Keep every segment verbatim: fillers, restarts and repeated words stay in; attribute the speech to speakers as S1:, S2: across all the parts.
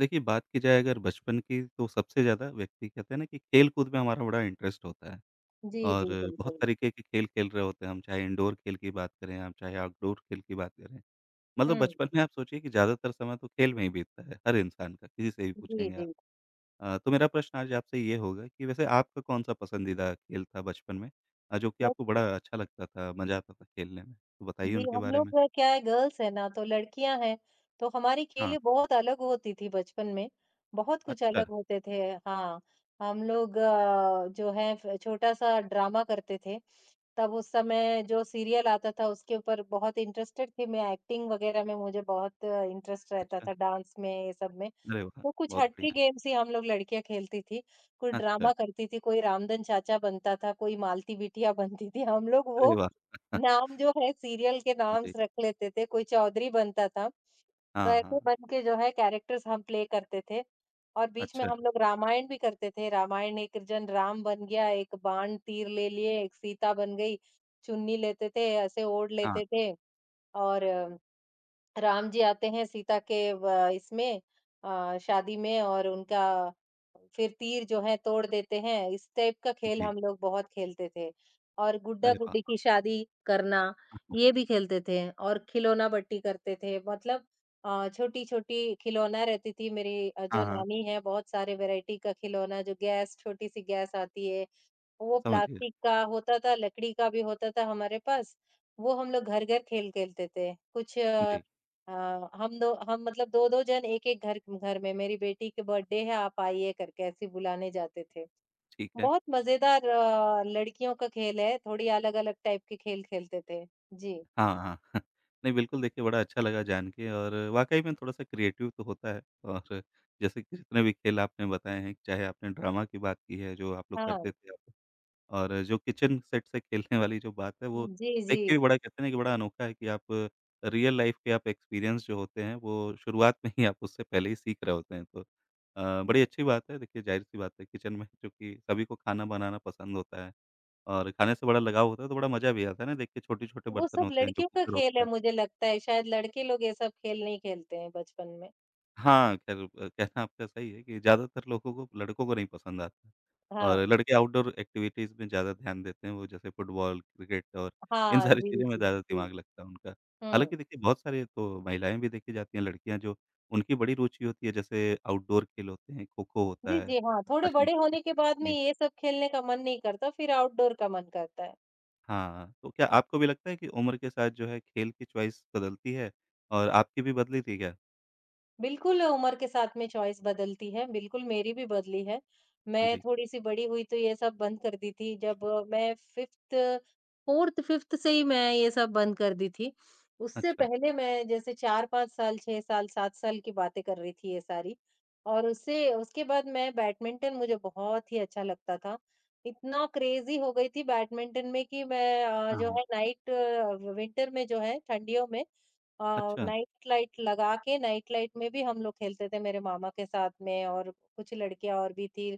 S1: देखिए, बात की जाए अगर बचपन की तो सबसे ज़्यादा व्यक्ति कहते हैं ना कि खेल-कूद में हमारा बड़ा इंटरेस्ट होता है
S2: जी,
S1: और
S2: जी,
S1: बहुत
S2: बिल्कुल।
S1: तरीके के खेल खेल रहे होते हैं हम, चाहे इंडोर खेल की बात करें, हम चाहे आउटडोर खेल की बात करें। मतलब
S2: हुँ,
S1: बचपन में आप सोचिए कि ज़्यादातर समय तो खेल में ही बीतता है, हर इंसान का, किसी से भी
S2: जी,
S1: पूछेंगे आप।
S2: जी।
S1: अ, तो मेरा प्रश्न आज आपसे ये होगा कि वैसे आपका कौन-सा पसंदीदा खेल था बचपन में अ, जो कि
S2: बस
S1: आपको बड़ा अच्छा लगता था, मज़ा आता था खेलने में? तो बताइए
S2: जी,
S1: उनके
S2: हम
S1: बारे
S2: लोग
S1: में।
S2: का क्या है गर्ल्स हैं ना, तो लड़कियाँ हैं, तो हमारी
S1: हाँ,
S2: खेलें बहुत अलग होती थी बचपन में, बहुत कुछ
S1: अच्छा,
S2: अलग होते थे। हाँ, हम लोग अ, जो है फ छोटा-सा ड्रामा करते थे। तब उस समय जो सीरियल आता था उसके ऊपर बहुत इंटरेस्टेड थी मैं, एक्टिंग वग़ैरह में मुझे बहुत इंटरेस्ट रहता
S1: अच्छा।
S2: था, डांस में, ये सब में।
S1: अरे वाह!
S2: वो कुछ
S1: बहुत
S2: हटके
S1: बढ़िया।
S2: गेम्स ही हम लोग लड़कियाँ खेलती थी। कोई
S1: अच्छा,
S2: ड्रामा करती थी, कोई रामधन चाचा बनता था, कोई मालती बिटिया बनती थी। हम लोग
S1: अरे
S2: वो
S1: वाह!
S2: नाम जो है सीरियल के नाम
S1: जी।
S2: से रख लेते थे, कोई चौधरी बनता था। तो
S1: हाँ,
S2: ऐसे
S1: हाँ।
S2: बन के जो है कैरेक्टर्स हम प्ले करते थे और बीच में
S1: अच्छा,
S2: हम लोग रामायण भी करते थे। रामायण एक जन राम बन गया, एक बाण तीर ले लिए, एक सीता बन गई। चुन्नी लेते थे, ऐसे ओढ़
S1: हाँ,
S2: लेते थे और राम जी आते हैं सीता के व इसमें अ, शादी में और उनका फिर तीर जो है तोड़ देते हैं, इस टाइप का खेल
S1: जी।
S2: हम लोग बहुत खेलते थे। और
S1: अरे वाह!
S2: गुड्डा-गुड्डी की शादी करना,
S1: हाँ,
S2: ये भी खेलते थे और खिलौना बट्टी करते थे। मतलब अ, छोटी-छोटी खिलौना रहती थी मेरी अ,
S1: हाँ,
S2: जो
S1: हाँ,
S2: नानी है बहुत सारे वैरायटी का खिलौना जो गैस छोटी-सी गैस आती है वो
S1: समझ गया।
S2: प्लास्टिक का होता था, लकड़ी का भी होता था हमारे पास, वो हम लोग घर-घर खेल खेलते थे। कुछ अ
S1: जी,
S2: अ, हम दो हम मतलब दो दो जन एक-एक घर घर में मेरी बेटी की बर्थडे है आप आइए करके ऐसे बुलाने जाते थे।
S1: ठीक है।
S2: बहुत मज़ेदार अ, लड़कियों का खेल है, थोड़ी अलग-अलग टाइप के खेल खेलते थे। जी,
S1: हाँ, हाँ। नहीं बिल्कुल देखिए बड़ा अच्छा लगा जान के और वाक़ई में थोड़ा-सा क्रिएटिव तो होता है और जैसे कि जितने भी खेल आपने बताए हैं, चाहे आपने ड्रामा की बात की है जो आप लोग करते
S2: हाँ।
S1: थे और जो किचन सेट से खेलने वाली जो बात है वो
S2: जी,
S1: देख
S2: जी।
S1: के भी बड़ा कहते हैं ना कि बड़ा अनोखा है कि आप रियल लाइफ़ के आप एक्सपीरियंस जो होते हैं वो शुरुआत में ही आप उससे पहले ही सीख रहे होते हैं तो अ, बड़ी अच्छी बात है देखिए ज़ाहिर-सी बात है किचन में चूँकि सभी को खाना बनाना पसंद होता है और खाने से बड़ा लगाव होता है तो बड़ा मज़ा भी आता है ना देख के छोटे-छोटे
S2: वो
S1: बर्तन
S2: सब
S1: होते हैं जो
S2: लड़कियों का
S1: कुकर
S2: खेल
S1: होता
S2: है
S1: है।
S2: मुझे लगता है, शायद लड़के लोग ये सब खेल नहीं खेलते हैं बचपन में।
S1: हाँ, ख़ैर अ, कहना आपका सही है कि ज़्यादातर लोगों को लड़कों को नहीं पसंद आता और
S2: हाँ।
S1: लड़के आउटडोर एक्टिविटीज़ में ज़्यादा ध्यान देते हैं। वो जैसे फुटबॉल, क्रिकेट और इन
S2: हाँ,
S1: सारी
S2: जी,
S1: चीज़ों में
S2: जी,
S1: ज़्यादा
S2: जी।
S1: दिमाग लगता है उनका।
S2: हुँ।
S1: हालाँकि देखिए बहुत सारे तो महिलाएँ भी देखी जाती हैं, लड़कियाँ जो उनकी बड़ी रुचि होती है जैसे आउटडोर खेल होते हैं, खो-खो होता
S2: जी,
S1: है,
S2: जी, हाँ, थोड़े
S1: आजकल
S2: बड़े
S1: तो
S2: होने के
S1: देखिए
S2: बाद में
S1: काफ़ी
S2: ये सब खेलने का मन नहीं करता, फिर आउटडोर का मन करता है।
S1: हाँ, तो क्या आपको भी लगता है कि उम्र के साथ जो है खेल की चॉइस बदलती है और आपकी भी बदली थी क्या?
S2: बिल्कुल, उम्र के साथ में चॉइस बदलती है, बिल्कुल मेरी भी बदली है। मैं
S1: जी,
S2: थोड़ी-सी बड़ी हुई तो ये सब बंद कर दी थी, जब अ, मैं फ़िफ़्थ फ़ोर्थ फ़िफ़्थ से ही मैं ये सब बंद कर दी थी। उससे
S1: अच्छा।
S2: पहले मैं जैसे चार पाँच साल, छह साल, सात साल की बातें कर रही थी ये सारी। और उससे उसके बाद मैं बैडमिंटन मुझे बहुत ही अच्छा लगता था। इतना क्रेज़ी हो गई थी बैडमिंटन में कि मैं अ,
S1: हाँ,
S2: जो
S1: हाँ।
S2: है नाइट विंटर में जो है, ठंडियों में अ,
S1: अच्छा,
S2: नाइट लाइट लगा के नाइट लाइट में भी हम लोग खेलते थे मेरे मामा के साथ में और कुछ लड़कियां और भी थी,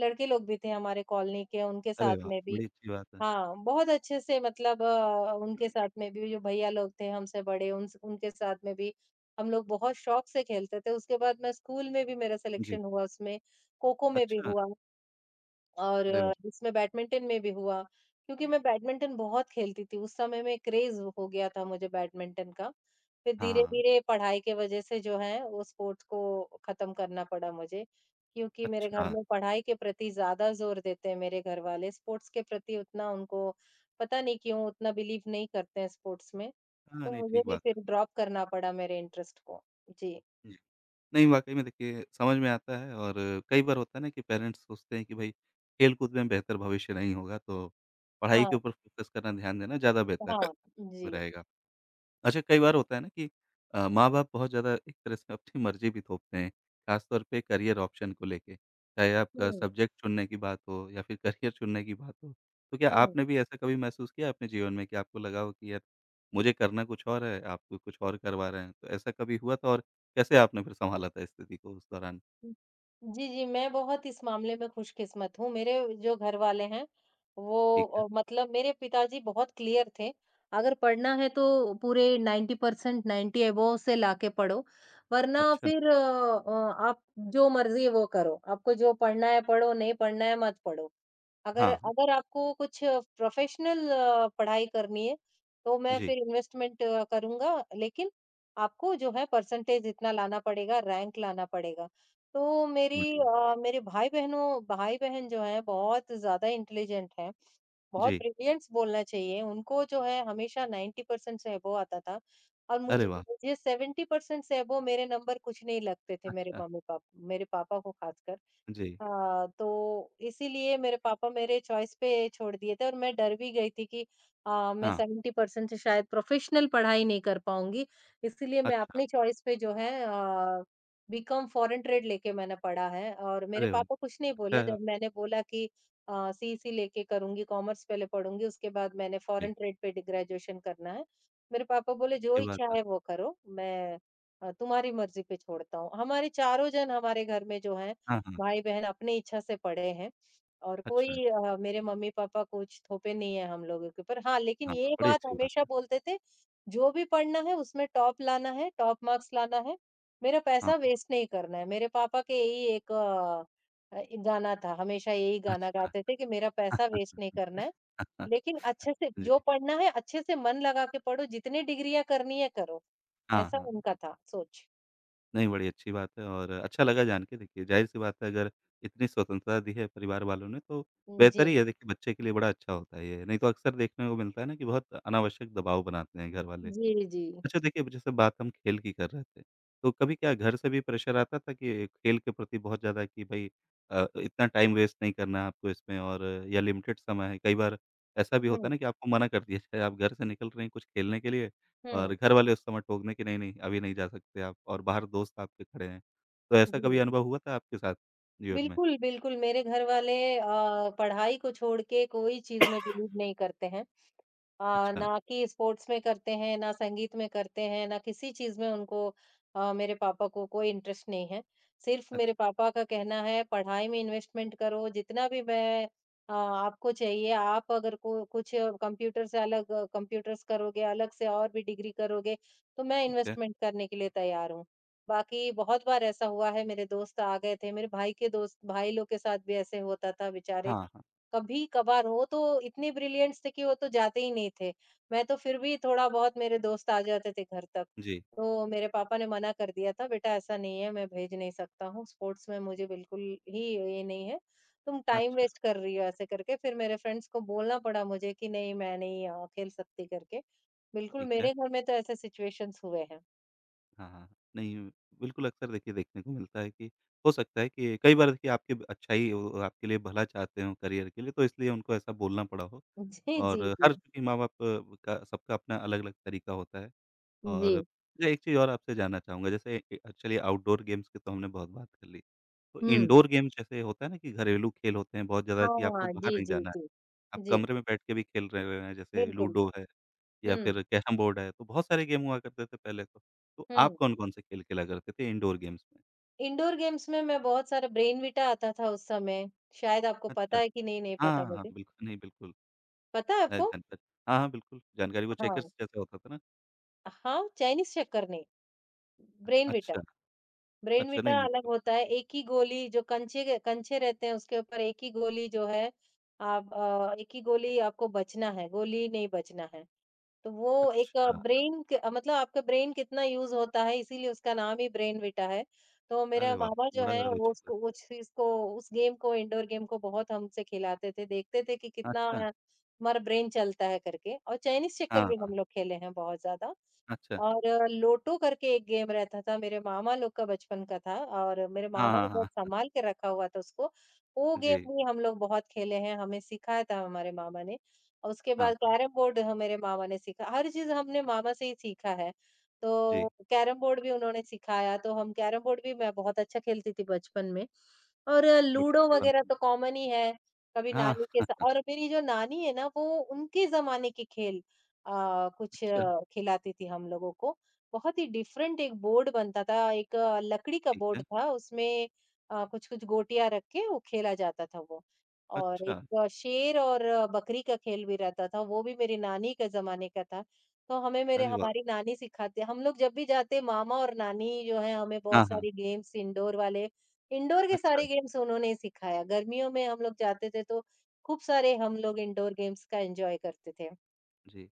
S2: लड़के लोग भी थे हमारे कॉलोनी के उनके
S1: अरे
S2: साथ
S1: वाह!
S2: में भी।
S1: बड़ी अच्छी बात है।
S2: हाँ बहुत अच्छे से मतलब अ, उनके साथ में भी जो भैया लोग थे हमसे बड़े उन उनके साथ में भी हम लोग बहुत शौक से खेलते थे। उसके बाद मैं स्कूल में भी मेरा
S1: जी।
S2: सिलेक्शन हुआ उसमें, खो खो में भी
S1: अच्छा,
S2: हुआ और
S1: अरे वाह!
S2: अ, इसमें बैडमिंटन में भी हुआ क्योंकि मैं बैडमिंटन बहुत खेलती थी, उस समय में क्रेज़ हो गया था मुझे बैडमिंटन का। फिर
S1: हाँ,
S2: धीरे-धीरे पढ़ाई के वजह से जो है वो स्पोर्ट्स को ख़त्म करना पड़ा मुझे, क्योंकि मेरे घर
S1: अच्छा।
S2: में पढ़ाई के प्रति ज़्यादा ज़ोर देते हैं मेरे घर वाले, स्पोर्ट्स के प्रति उतना उनको पता नहीं क्यों उतना बिलीव नहीं करते हैं स्पोर्ट्स में,
S1: हाँ,
S2: तो
S1: नहीं
S2: मुझे
S1: ठीक
S2: भी
S1: बात है।
S2: फिर ड्रॉप करना पड़ा मेरे इंटरेस्ट को। जी,
S1: जी। नहीं वाक़ई में देखिए समझ में आता है और कई बार होता है ना कि पेरेंट्स सोचते हैं कि भई खेल-कूद में बेहतर भविष्य नहीं होगा तो पढ़ाई के
S2: हाँ,
S1: ऊपर फ़ोकस करना ध्यान देना ज़्यादा बेहतर
S2: हाँ, जी।
S1: रहेगा। अच्छा कई बार होता है ना कि अ, माँ-बाप बहुत ज़्यादा एक तरह से अपनी मर्ज़ी भी थोपते हैं, ख़ासतौर पे करियर ऑप्शन को लेके, चाहे आपका
S2: हुँ,
S1: सब्जेक्ट चुनने की बात हो या फिर करियर चुनने की बात हो। तो क्या
S2: हुँ।
S1: आपने भी ऐसा कभी महसूस किया अपने जीवन में कि आपको लगा हो कि यार मुझे करना कुछ और है, आप कुछ और करवा रहे हैं? तो ऐसा कभी हुआ था और कैसे आपने फिर सँभाला था स्थिति को उस दौरान?
S2: जी, जी, मैं बहुत इस मामले में खुशकिस्मत हूँ। मेरे जो घर वाले हैं, वो
S1: ठीक है।
S2: अ, मतलब मेरे पिताजी बहुत क्लियर थे, अगर पढ़ना है तो पूरे नाइंटी परसेंट नाइंटी अबोव से लाके पढ़ो, वरना
S1: अच्छा,
S2: फिर अ, अ, आप जो मर्ज़ी वो करो, आपको जो पढ़ना है पढ़ो, नहीं पढ़ना है मत पढ़ो। अगर
S1: हाँ, हाँ।
S2: अगर आपको कुछ प्रोफेशनल अ, पढ़ाई करनी है, तो मैं
S1: जी,
S2: फिर इन्वेस्टमेंट अ, करूँगा, लेकिन आपको जो है परसेंटेज इतना लाना पड़ेगा, रैंक लाना पड़ेगा। तो
S1: समझ
S2: मेरी
S1: गया।
S2: अ, मेरे भाई-बहनों भाई-बहन जो हैं बहुत ज़्यादा इंटेलिजेंट हैं, बहुत
S1: जी,
S2: ब्रिलियंट्स बोलना चाहिए, उनको जो है हमेशा नाइंटी परसेंट से अबोव आता था और
S1: अरे
S2: मुझे
S1: वाह!
S2: मुझे सेवेंटी परसेंट से अबोव मेरे नंबर कुछ नहीं लगते थे मेरे
S1: अच्छा,
S2: मम्मी-पाप, मेरे पापा को खासकर।
S1: जी,
S2: हाँ, तो इसीलिए मेरे पापा मेरे चॉइस पे छोड़ दिए थे और मैं डर भी गई थी कि अ, मैं
S1: हाँ,
S2: सेवेंटी परसेंट से शायद प्रोफेशनल पढ़ाई नहीं कर पाऊँगी। इसीलिए मैं
S1: अच्छा,
S2: अपनी चॉइस पे जो है अ, बीकॉम फॉरेन ट्रेड लेके मैंने पढ़ा है और मेरे
S1: अरे वाह!
S2: पापा कुछ नहीं बोले
S1: अच्छा,
S2: जब मैंने बोला कि अ, सीईसी लेके करूँगी, कॉमर्स पहले पढ़ूँगी, उसके बाद मैंने
S1: जी,
S2: फॉरेन ट्रेड पे डि ग्रेजुएशन करना है। मेरे पापा बोले, "जो
S1: ये बात
S2: इच्छा
S1: है।
S2: है वो करो, मैं अ, तुम्हारी मर्ज़ी पे छोड़ता हूँ।" हमारे चारों जन हमारे घर में जो हैं
S1: हाँ, हाँ,
S2: भाई-बहन अपनी इच्छा से पढ़े हैं और कोई
S1: अच्छा।
S2: अ, मेरे मम्मी-पापा कुछ थोपे नहीं है हम लोगों के ऊपर। हाँ, लेकिन
S1: हाँ,
S2: ये
S1: बड़ी
S2: बात
S1: अच्छी बात
S2: हमेशा
S1: है।
S2: बोलते थे, "जो भी पढ़ना है उसमें टॉप लाना है, टॉप मार्क्स लाना है, मेरा पैसा
S1: हाँ,
S2: वेस्ट नहीं करना है।" मेरे पापा के यही एक अ अ, गाना था, हमेशा यही गाना
S1: अच्छा।
S2: गाते थे कि मेरा पैसा वेस्ट नहीं करना है, लेकिन अच्छे से
S1: जी,
S2: जो पढ़ना है अच्छे से मन लगा के पढ़ो, जितनी डिग्रियाँ करनी है करो।
S1: हाँ,
S2: ऐसा
S1: हाँ।
S2: उनका था सोच।
S1: नहीं, बड़ी अच्छी बात है और अच्छा लगा जान के देखिए, ज़ाहिर-सी बात है अगर इतनी स्वतंत्रता दी है परिवार वालों ने तो
S2: जी।
S1: बेहतर ही है देखिए बच्चे के लिए बड़ा अच्छा होता है ये। नहीं तो अक्सर देखने को मिलता है ना कि बहुत अनावश्यक दबाव बनाते हैं घर वाले।
S2: जी, जी।
S1: अच्छा देखिए, अब जैसे बात हम खेल की कर रहे थे, तो कभी क्या घर से भी प्रेशर आता था कि खेल के प्रति बहुत ज़्यादा कि भई अ, इतना टाइम वेस्ट नहीं करना है आपको इसमें और या लिमिटेड समय है। कई बार ऐसा भी होता है
S2: हुँ,
S1: ना कि आपको मना कर दिया जाए, आप घर से निकल रहे हैं कुछ खेलने के लिए और
S2: हुँ,
S1: घर वाले उस समय टोकने कि नहीं, नहीं अभी नहीं जा सकते आप और बाहर दोस्त आपके खड़े हैं। तो ऐसा कभी
S2: जी।
S1: अनुभव हुआ था आपके साथ जीवन में?
S2: बिल्कुल, बिल्कुल, मेरे घर वाले अ, पढ़ाई को छोड़ के कोई चीज़ में बिलीव नहीं करते हैं। अ,
S1: अच्छा,
S2: ना कि स्पोर्ट्स में करते हैं, ना संगीत में करते हैं, ना किसी चीज़ में उनको अ, मेरे पापा को कोई इंटरेस्ट नहीं है। सिर्फ़ मेरे
S1: अच्छा,
S2: पापा का कहना है पढ़ाई में इन्वेस्टमेंट करो, जितना भी मैं अ, आपको चाहिए आप अगर को कुछ कंप्यूटर से अलग कंप्यूटर्स करोगे, अलग से और भी डिग्री करोगे, तो मैं
S1: ठीक है।
S2: इन्वेस्टमेंट करने के लिए तैयार हूँ। बाकी बहुत बार ऐसा हुआ है मेरे दोस्त आ गए थे, मेरे भाई के दोस्त भाई लोग के साथ भी ऐसे होता था बेचारे
S1: हाँ, हाँ।
S2: कभी-कभार हो तो इतने ब्रिलियंट्स थे कि वो तो जाते ही नहीं थे। मैं तो फिर भी थोड़ा-बहुत मेरे दोस्त आ जाते थे घर तक।
S1: जी,
S2: तो मेरे पापा ने मना कर दिया था, "बेटा ऐसा नहीं है, मैं भेज नहीं सकता हूँ, स्पोर्ट्स में मुझे बिल्कुल ही ये नहीं है, तुम टाइम
S1: अच्छा,
S2: वेस्ट कर रही हो" ऐसे करके फिर मेरे फ्रेंड्स को बोलना पड़ा मुझे कि नहीं मैं नहीं अ, खेल सकती करके। बिल्कुल
S1: ठीक है।
S2: मेरे घर में तो ऐसे सिचुएशंस हुए हैं।
S1: हाँ, हाँ। हाँ। नहीं, बिल्कुल अक्सर देखिए देखने को मिलता है कि हो सकता है कि कई बार देखिए आपकी ब अच्छाई वो आपके लिए भला चाहते हों करियर के लिए, तो इसलिए उनको ऐसा बोलना पड़ा हो।
S2: जी,
S1: और
S2: जी,
S1: हर
S2: जी।
S1: चूँकि माँ-बाप का सबका अपना अलग-अलग तरीका होता है। और
S2: जी,
S1: मैं एक चीज़ और आपसे जानना चाहूँगा जैसे ए चलिए आउटडोर गेम्स की तो हमने बहुत बात कर ली। तो
S2: हुँ।
S1: इंडोर गेम्स जैसे होता है ना कि घरेलू खेल होते हैं बहुत ज़्यादा कि आपको
S2: हाँ,
S1: बाहर
S2: जी,
S1: नहीं
S2: जी,
S1: जाना
S2: जी।
S1: है। आप
S2: जी,
S1: कमरे में बैठ के भी खेल रहे हुए हैं, जैसे
S2: बिल्कुल।
S1: लूडो है या
S2: हुँ,
S1: फिर कैरम बोर्ड है, तो बहुत सारे गेम हुआ करते थे पहले तो। तो आप
S2: हुँ।
S1: कौन-कौन से खेल खेला करते थे इंडोर गेम्स में?
S2: इंडोर गेम्स में मैं बहुत सारा ब्रेनविटा आता था उस समय। शायद आपको पता
S1: अच्छा।
S2: है कि नहीं, नहीं पता
S1: हाँ, हाँ,
S2: मुझे।
S1: बिल्कुल, नहीं बिल्कुल।
S2: पता है
S1: अ,
S2: आपको?
S1: जानकार हाँ, हाँ, बिल्कुल, जानकारी वो
S2: हाँ।
S1: चेकर्स जैसा होता था ना?
S2: हाँ, चाइनीज़ चक्कर नहीं, ब्रेनविटा।
S1: अच्छा, अच्छा,
S2: ब्रेनविटा
S1: नहीं, नहीं
S2: अलग
S1: तो
S2: होता है, एक ही गोली जो कंचे के कंचे रहते हैं उसके ऊपर एक ही गोली जो है। आप अ, एक ही गोली आपको बचना है, गोली नहीं बचना है। तो वो एक
S1: अच्छा,
S2: ब्रेन क मतलब आपका ब्रेन कितना यूज़ होता है इसीलिए उसका नाम ही ब्रेनविटा है। तो
S1: अरे
S2: मेरे
S1: वाह!
S2: मामा जो
S1: बड़ा
S2: हैं वो
S1: रोचक
S2: उसको
S1: लगता है।
S2: उस चीज़ को उस गेम को इंडोर गेम को बहुत हमसे खिलाते थे, देखते थे कि कितना
S1: अच्छा,
S2: हमारा ब्रेन चलता है करके। और चाइनीज़
S1: हाँ,
S2: चेकर भी
S1: हाँ,
S2: हम लोग खेले हैं बहुत ज़्यादा।
S1: अच्छा,
S2: और अ, लोटो करके एक गेम रहता था, मेरे मामा लोग का बचपन का था और मेरे
S1: हाँ,
S2: मामा ने
S1: हाँ,
S2: बहुत
S1: हाँ,
S2: सँभाल के रखा हुआ था उसको। वो गेम
S1: जी,
S2: भी हम लोग बहुत खेले हैं, हमें सिखाया था हमारे मामा ने। और उसके
S1: हाँ, हाँ,
S2: बाद कैरम बोर्ड ह मेरे मामा ने सीखा, हर चीज़ हमने मामा से ही सीखा है।
S1: जी,
S2: तो कैरम बोर्ड भी उन्होंने सिखाया, तो हम कैरम बोर्ड भी मैं बहुत अच्छा खेलती थी बचपन में। और अ,
S1: बड़ी
S2: लूडो
S1: अच्छी बात
S2: वगैरह
S1: है।
S2: तो कॉमन ही है, कभी
S1: हाँ,
S2: नानी के सा और मेरी जो नानी है ना, वो उनके ज़माने के खेल अ, कुछ
S1: अच्छा,
S2: अ, खिलाती थी हम लोगों को। बहुत ही डिफरेंट एक बोर्ड बनता था, एक आ, लकड़ी का
S1: ठीक है,
S2: बोर्ड था, उसमें अ, कुछ-कुछ गोटियाँ रख के वो खेला जाता था वो। और एक
S1: अच्छा,
S2: आ, शेर और आ, बकरी का खेल भी रहता था, वो भी मेरी नानी के ज़माने का था। तो हमें मेरे
S1: अरे वाह!
S2: हमारी नानी सिखाते। हम लोग जब भी जाते मामा और नानी जो है हमें
S1: हाँ,
S2: बहुत
S1: हाँ,
S2: सारे गेम्स इंडोर वाले इंडोर के
S1: अच्छा,
S2: सारे गेम्स उन्होंने ही सिखाया। गर्मियों में हम लोग जाते थे तो खूब सारे हम लोग इंडोर गेम्स का एन्जॉय करते थे।
S1: जी।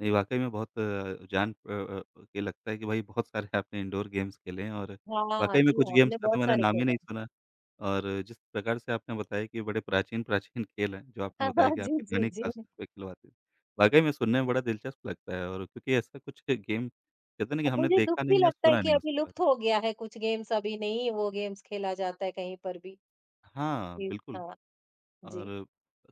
S1: नहीं, वाक़ई में बहुत अ, जान अ अ, के लगता है कि भाई बहुत सारे आपने इंडोर गेम्स खेले हैं और
S2: हाँ,
S1: वाक़ई में
S2: जी
S1: कुछ
S2: हाँ,
S1: गेम्स
S2: हमने
S1: का तो
S2: बहुत
S1: मैंने
S2: सारे
S1: नाम ही
S2: खेले
S1: नहीं
S2: हैं।
S1: सुना। और जिस प्रकार से आपने बताया कि बड़े प्राचीन-प्राचीन खेल हैं, जो आपने
S2: हाँ,
S1: बताया कि
S2: जी,
S1: आपकी
S2: जी,
S1: नानी
S2: जी।
S1: ख़ास तौर पे खिलवाती थी। वाक़ई में सुनने में बड़ा दिलचस्प लगता है और क्योंकि ऐसा कुछ गेम कहते हैं ना कि
S2: अब
S1: हमने
S2: मुझे
S1: देखा
S2: दुःख भी
S1: नहीं या
S2: लगता है
S1: सुना
S2: कि
S1: नहीं
S2: अभी
S1: उसके बाद।
S2: लुप्त हो गया है कुछ गेम्स, अभी नहीं वो गेम्स खेला जाता है कहीं पर भी।
S1: हाँ,
S2: जी,
S1: बिल्कुल
S2: हाँ, जी।
S1: और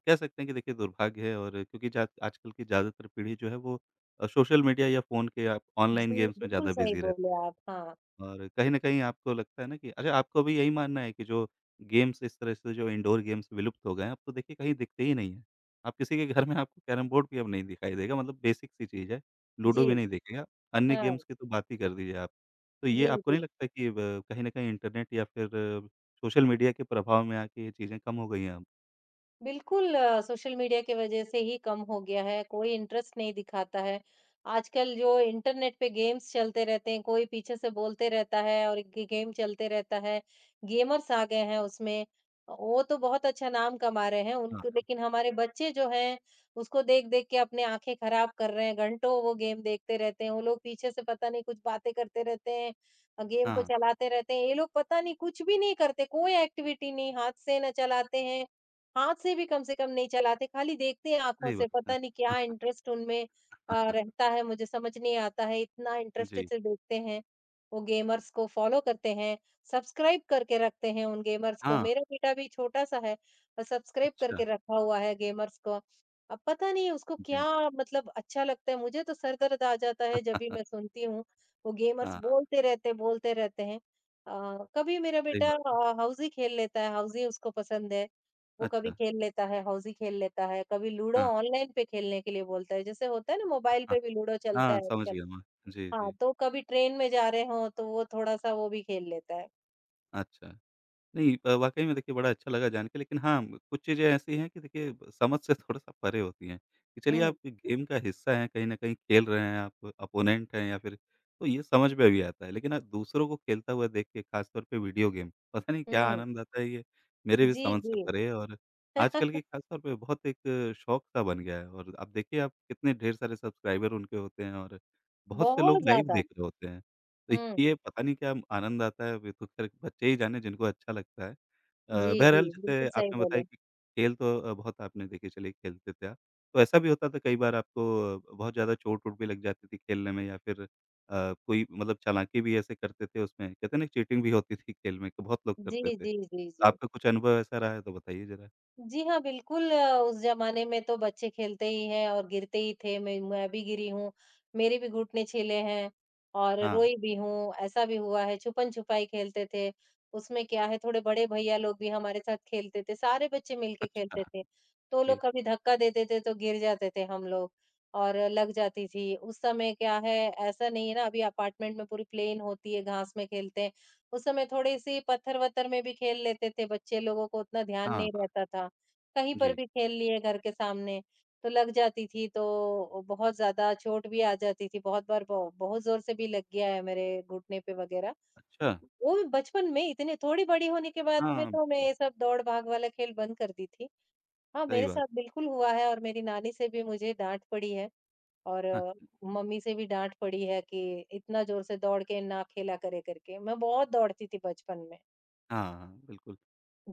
S1: कह सकते हैं कि देखिए दुर्भाग्य है और क्योंकि जा आजकल की ज़्यादातर पीढ़ी जो है वो अ, सोशल मीडिया या फ़ोन के या ऑनलाइन
S2: जी,
S1: गेम्स में
S2: बिल्कुल
S1: ज़्यादा
S2: सही
S1: बिज़ी
S2: बोले
S1: रहती है।
S2: आप। हाँ,
S1: और कहीं न कहीं आपको लगता है ना कि अच्छा आपको भी यही मानना है कि जो गेम्स इस तरह से जो इंडोर गेम्स विलुप्त हो गए हैं, अब तो देखिए कहीं दिखते ही नहीं हैं। आप किसी के घर में आपको कैरम बोर्ड भी अब नहीं दिखाई देगा मतलब बेसिक सी चीज़ है, लूडो
S2: जी,
S1: भी नहीं देखेंगे आप, अन्य
S2: हाँ।
S1: गेम्स की तो बात ही कर दीजिए आप। तो ये
S2: जी,
S1: आपको नहीं
S2: जी।
S1: लगता कि ब कहीं न कहीं इंटरनेट या फिर सोशल मीडिया के प्रभाव में आके ये चीज़ें कम हो गई हैं अब?
S2: बिल्कुल अ, सोशल मीडिया की वजह से ही कम हो गया है, कोई इंटरेस्ट नहीं दिखाता है। आजकल जो इंटरनेट पे गेम्स चलते रहते हैं, कोई पीछे से बोलते रहता है और गे गेम चलते रहता है, गेमर्स आ गए हैं उसमें। वो तो बहुत अच्छा नाम कमा रहे हैं
S1: हाँ,
S2: उनको लेकिन हमारे बच्चे जो हैं, उसको देख-देख के अपने आँखें खराब कर रहे हैं, घंटों वो गेम देखते रहते हैं, वो लोग पीछे से पता नहीं कुछ बातें करते रहते हैं अ, गेम को
S1: हाँ,
S2: चलाते रहते हैं। ये लोग पता नहीं कुछ भी नहीं करते, कोई एक्टिविटी नहीं, हाथ से ना चलाते हैं, हाथ से भी कम से कम नहीं चलाते, खाली देखते हैं आँखों
S1: सही
S2: से,
S1: बात है।
S2: पता नहीं क्या इंटरेस्ट उनमें अ, रहता है, मुझे समझ नहीं आता है, इतना
S1: हाँ,
S2: इंटरेस्टेड
S1: जी।
S2: से देखते हैं। वो गेमर्स को फॉलो करते हैं, सब्सक्राइब करके रखते हैं उन गेमर्स को।
S1: हाँ,
S2: मेरा बेटा भी छोटा-सा है और सब्सक्राइब
S1: अच्छा,
S2: करके रखा हुआ है गेमर्स को। अब पता नहीं उसको
S1: जी।
S2: क्या मतलब अच्छा लगता है, मुझे तो सर दर्द आ जाता है जब भी मैं सुनती हूँ, वो
S1: हाँ,
S2: गेमर्स
S1: हाँ,
S2: बोलते रहते बोलते रहते हैं। अ, कभी मेरा
S1: सही
S2: बेटा
S1: बात है।
S2: अ, हाउज़ी खेल लेता है, हाउज़ी उसको पसंद है। वो कभी
S1: अच्छा,
S2: खेल लेता है, हौज़ी खेल लेता है, कभी लूडो
S1: हाँ,
S2: ऑनलाइन पे खेलने के लिए बोलता है, जैसे होता है ना मोबाइल
S1: हाँ,
S2: पे भी लूडो चलता
S1: हाँ,
S2: है
S1: समझ
S2: आजकल।
S1: गया मैं। जी,
S2: हाँ,
S1: जी।
S2: तो कभी ट्रेन में जा रहे हों तो वो थोड़ा-सा वो भी खेल लेता है।
S1: अच्छा। नहीं अ, वाक़ई में देखिए बड़ा अच्छा लगा जान के लेकिन हाँ, कुछ चीज़ें ऐसी हैं कि देखिए समझ से थोड़ा-सा परे होती हैं, कि चलिए
S2: हुँ,
S1: आप गेम का हिस्सा हैं, कहीं न कहीं खेल रहे हैं आप, अपोनेंट हैं या फिर तो ये समझ में भी आता है। लेकिन अ, दूसरों को खेलता हुआ देख के ख़ासतौर पे वीडियो गेम, पता नहीं क्या
S2: हुँ।
S1: आनंद आता है ये, मेरे भी
S2: जी,
S1: समझ से
S2: जी।
S1: परे है और आजकल की ख़ासतौर पे बहुत एक शौक-सा बन गया है और आप देखिए आप कितने ढेर सारे सब्सक्राइबर उनके होते हैं और बहुत से
S2: बहुत
S1: लोग लाइव
S2: ज़्यादा।
S1: देख रहे होते हैं।
S2: हुँ।
S1: देखिए, पता नहीं क्या आनंद आता है, वे तो खैर बच्चे ही जाने जिनको अच्छा लगता है। अ,
S2: जी, जी,
S1: बहरहाल
S2: बिल्कुल
S1: जैसे
S2: सही
S1: आपने बताया
S2: बोले।
S1: कि खेल तो अ, बहुत आपने देखिए चलिए खेलते थे आप। तो ऐसा भी होता था कई बार आपको अ, बहुत ज़्यादा चोट-वोट भी लग जाती थी खेलने में या फिर अ, कोई मतलब चालाकी भी ऐसे करते थे उसमें, कहते हैं ना चीटिंग भी होती थी खेल में तो बहुत लोग
S2: जी,
S1: करते थे।
S2: जी, जी,
S1: तो
S2: जी।
S1: आपका कुछ अनुभव ऐसा रहा है तो बताइए ज़रा?
S2: जी हाँ, बिल्कुल अ, उस ज़माने में तो बच्चे खेलते ही हैं और गिरते ही थे। मैं मैं भी गिरी हूँ, मेरे भी घुटने छिले हैं और
S1: हाँ,
S2: रोई भी हूँ, ऐसा भी हुआ है। छुपन-छुपाई खेलते थे, उसमें क्या है थोड़े बड़े भैया लोग भी हमारे साथ खेलते थे, सारे बच्चे मिलके
S1: अच्छा,
S2: खेलते थे। तो
S1: जी।
S2: लोग कभी धक्का देते थे तो गिर जाते थे हम लोग और लग जाती थी। उस समय क्या है ऐसा नहीं है ना अभी अपार्टमेंट में पूरी प्लेन होती है, घास में खेलते हैं। उस समय थोड़ी-सी पत्थर-वत्थर में भी खेल लेते थे, बच्चे लोगों को उतना ध्यान
S1: हाँ,
S2: नहीं
S1: हाँ,
S2: रहता था। कहीं पर
S1: जी।
S2: भी खेल लिए घर के सामने, तो लग जाती थी तो बहुत ज़्यादा चोट भी आ जाती थी, बहुत बार ब बहुत ज़ोर से भी लग गया है मेरे घुटने पे वग़ैरह।
S1: अच्छा,
S2: वो भी बचपन में इतने थोड़ी बड़ी होने के बाद में
S1: हाँ,
S2: तो मैं
S1: बिल्कुल,
S2: ये सब दौड़-भाग वाला खेल बंद कर दी थी। हाँ,
S1: सही
S2: मेरे
S1: बात।
S2: साथ बिल्कुल हुआ है और मेरी नानी से भी मुझे डाँट पड़ी है और
S1: हाँ,
S2: अ, मम्मी से भी डाँट पड़ी है कि इतना ज़ोर से दौड़ के ना खेला करे करके। मैं बहुत दौड़ती थी बचपन में।
S1: हाँ, हाँ, बिल्कुल।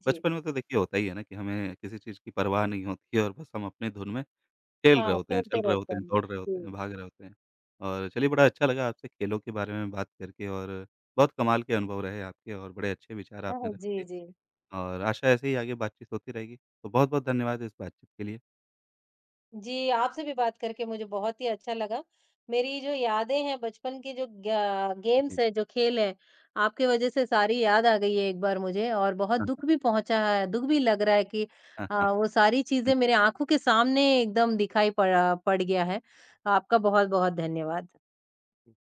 S2: जी।
S1: बचपन में तो देखिए होता ही है ना कि हमें किसी चीज़ की परवाह नहीं होती है और बस हम अपनी धुन में खेल रहे
S2: हाँ,
S1: होते हैं, चल
S2: खेलते
S1: रहे
S2: रहते
S1: होते हैं,
S2: हैं।
S1: दौड़ रहे होते हैं,
S2: जी।
S1: भाग रहे होते हैं। और चलिए बड़ा अच्छा लगा आपसे खेलों के बारे में बात करके और बहुत कमाल के अनुभव रहे आपके और बड़े अच्छे विचार
S2: हाँ,
S1: आपने
S2: हाँ। जी,
S1: रखे
S2: जी।
S1: और आशा ऐसे ही आगे बातचीत होती रहेगी। तो बहुत-बहुत धन्यवाद इस बातचीत के लिए।
S2: जी, आपसे भी बात करके मुझे बहुत ही अच्छा लगा। मेरी जो यादें हैं बचपन की जो ग्या गेम्स
S1: जी।
S2: हैं, जो खेल हैं, आपकी वजह से सारी याद आ गई है एक बार मुझे और बहुत
S1: हाँ, हाँ।
S2: दुःख भी पहुँचा है, दुःख भी लग रहा है कि
S1: हाँ, हाँ।
S2: अ, वो सारी चीज़ें
S1: जी।
S2: मेरे आँखों के सामने एकदम दिखाई पड़ा पड़ गया है। आपका बहुत-बहुत धन्यवाद।